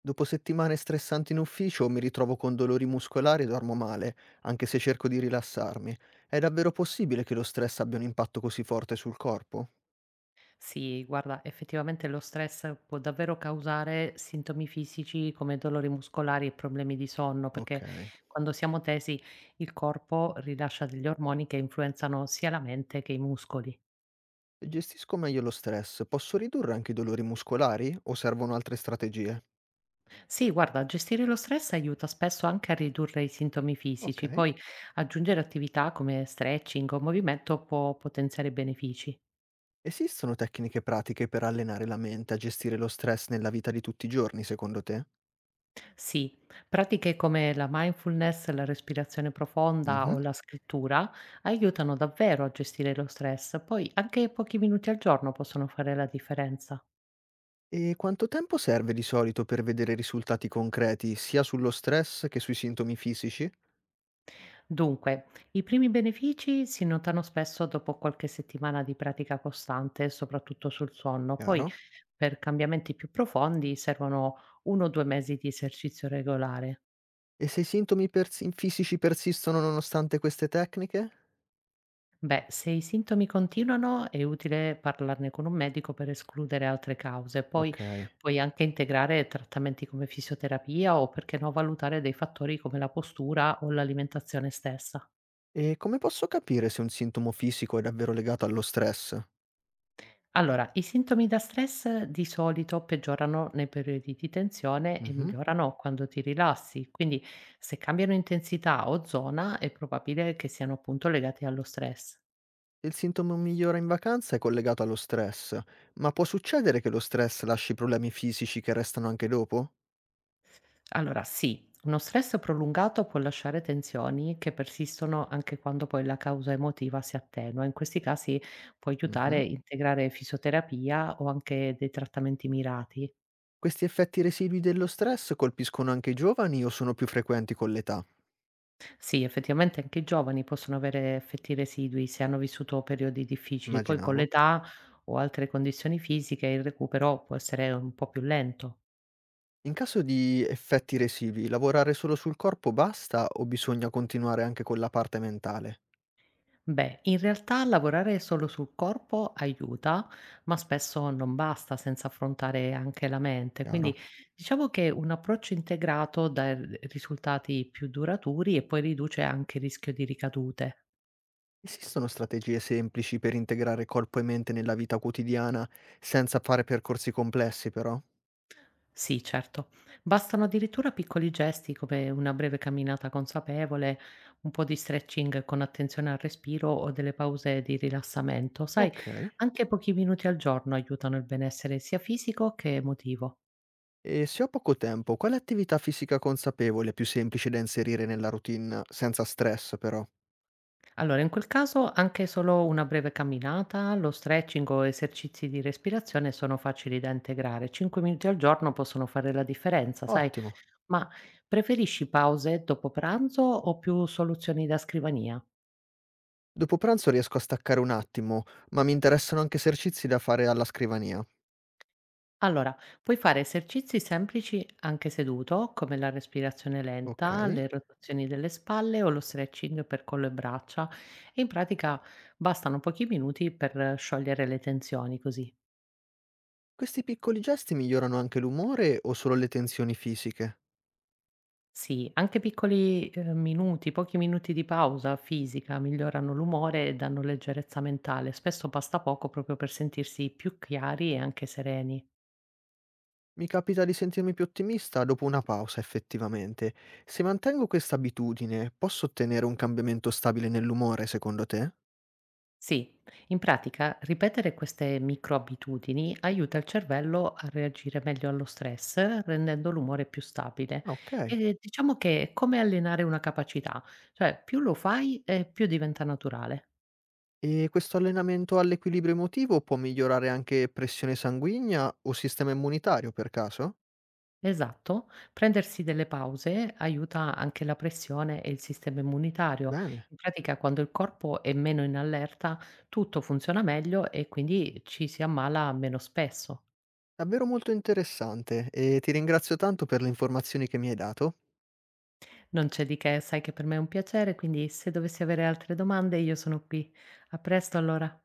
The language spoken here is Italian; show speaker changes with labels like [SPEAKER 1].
[SPEAKER 1] Dopo settimane stressanti in ufficio mi ritrovo con dolori muscolari e dormo male, anche se cerco di rilassarmi. È davvero possibile che lo stress abbia un impatto così forte sul corpo?
[SPEAKER 2] Sì, guarda, effettivamente lo stress può davvero causare sintomi fisici come dolori muscolari e problemi di sonno,
[SPEAKER 1] Ok.
[SPEAKER 2] perché quando siamo tesi il corpo rilascia degli ormoni che influenzano sia la mente che i muscoli.
[SPEAKER 1] Se gestisco meglio lo stress, posso ridurre anche i dolori muscolari o servono altre strategie?
[SPEAKER 2] Sì, guarda, gestire lo stress aiuta spesso anche a ridurre i sintomi
[SPEAKER 1] Ok.
[SPEAKER 2] fisici, poi aggiungere attività come stretching o movimento può potenziare i benefici.
[SPEAKER 1] Esistono tecniche pratiche per allenare la mente a gestire lo stress nella vita di tutti i giorni, secondo te?
[SPEAKER 2] Sì, pratiche come la mindfulness, la respirazione profonda
[SPEAKER 1] Mhm.
[SPEAKER 2] o la scrittura aiutano davvero a gestire lo stress, poi anche pochi minuti al giorno possono fare la differenza.
[SPEAKER 1] E quanto tempo serve di solito per vedere risultati concreti sia sullo stress che sui sintomi fisici?
[SPEAKER 2] Dunque, i primi benefici si notano spesso dopo qualche settimana di pratica costante, soprattutto sul sonno, poi
[SPEAKER 1] Chiaro?
[SPEAKER 2] per cambiamenti più profondi servono uno o 2 mesi di esercizio regolare.
[SPEAKER 1] E se i sintomi persi fisici persistono nonostante queste tecniche?
[SPEAKER 2] Beh, se i sintomi continuano è utile parlarne con un medico per escludere altre cause. Poi
[SPEAKER 1] Okay.
[SPEAKER 2] puoi anche integrare trattamenti come fisioterapia o perché no valutare dei fattori come la postura o l'alimentazione stessa.
[SPEAKER 1] E come posso capire se un sintomo fisico è davvero legato allo stress?
[SPEAKER 2] Allora, i sintomi da stress di solito peggiorano nei periodi di tensione e
[SPEAKER 1] Mh-mh.
[SPEAKER 2] migliorano quando ti rilassi, quindi se cambiano intensità o zona è probabile che siano appunto legati allo stress.
[SPEAKER 1] Se il sintomo migliora in vacanza è collegato allo stress, ma può succedere che lo stress lasci problemi fisici che restano anche dopo?
[SPEAKER 2] Allora sì, uno stress prolungato può lasciare tensioni che persistono anche quando poi la causa emotiva si attenua. In questi casi può aiutare
[SPEAKER 1] Mh-mh.
[SPEAKER 2] a integrare fisioterapia o anche dei trattamenti mirati.
[SPEAKER 1] Questi effetti residui dello stress colpiscono anche i giovani o sono più frequenti con l'età?
[SPEAKER 2] Sì, effettivamente anche i giovani possono avere effetti residui se hanno vissuto periodi difficili, poi con
[SPEAKER 1] Immaginavo.
[SPEAKER 2] l'età o altre condizioni fisiche il recupero può essere un po' più lento.
[SPEAKER 1] In caso di effetti residui, lavorare solo sul corpo basta o bisogna continuare anche con la parte mentale?
[SPEAKER 2] Beh, in realtà lavorare solo sul corpo aiuta, ma spesso non basta senza affrontare anche la mente.
[SPEAKER 1] Chiaro.
[SPEAKER 2] Quindi diciamo che un approccio integrato dà risultati più duraturi e poi riduce anche il rischio di ricadute.
[SPEAKER 1] Esistono strategie semplici per integrare corpo e mente nella vita quotidiana senza fare percorsi complessi però?
[SPEAKER 2] Sì, certo. Bastano addirittura piccoli gesti come una breve camminata consapevole, un po' di stretching con attenzione al respiro o delle pause di rilassamento. Sai,
[SPEAKER 1] Okay.
[SPEAKER 2] anche pochi minuti al giorno aiutano il benessere sia fisico che emotivo.
[SPEAKER 1] E se ho poco tempo, quale attività fisica consapevole è più semplice da inserire nella routine senza stress però?
[SPEAKER 2] Allora, in quel caso anche solo una breve camminata, lo stretching o esercizi di respirazione sono facili da integrare. 5 minuti al giorno possono fare la differenza, sai?
[SPEAKER 1] Ottimo.
[SPEAKER 2] Ma preferisci pause dopo pranzo o più soluzioni da scrivania?
[SPEAKER 1] Dopo pranzo riesco a staccare un attimo, ma mi interessano anche esercizi da fare alla scrivania.
[SPEAKER 2] Allora, puoi fare esercizi semplici anche seduto, come la respirazione lenta,
[SPEAKER 1] Okay.
[SPEAKER 2] le rotazioni delle spalle o lo stretching per collo e braccia. E in pratica bastano pochi minuti per sciogliere le tensioni così.
[SPEAKER 1] Questi piccoli gesti migliorano anche l'umore o solo le tensioni fisiche?
[SPEAKER 2] Sì, anche pochi minuti di pausa fisica migliorano l'umore e danno leggerezza mentale. Spesso basta poco proprio per sentirsi più chiari e anche sereni.
[SPEAKER 1] Mi capita di sentirmi più ottimista dopo una pausa, effettivamente. Se mantengo questa abitudine, posso ottenere un cambiamento stabile nell'umore, secondo te?
[SPEAKER 2] Sì, in pratica ripetere queste microabitudini aiuta il cervello a reagire meglio allo stress, rendendo l'umore più stabile.
[SPEAKER 1] Ah, ok.
[SPEAKER 2] E diciamo che è come allenare una capacità, cioè più lo fai e più diventa naturale.
[SPEAKER 1] E questo allenamento all'equilibrio emotivo può migliorare anche pressione sanguigna o sistema immunitario, per caso?
[SPEAKER 2] Esatto, prendersi delle pause aiuta anche la pressione e il sistema immunitario.
[SPEAKER 1] Bene.
[SPEAKER 2] In pratica, quando il corpo è meno in allerta, tutto funziona meglio e quindi ci si ammala meno spesso.
[SPEAKER 1] Davvero molto interessante e ti ringrazio tanto per le informazioni che mi hai dato.
[SPEAKER 2] Non c'è di che, sai che per me è un piacere, quindi se dovessi avere altre domande io sono qui. A presto allora.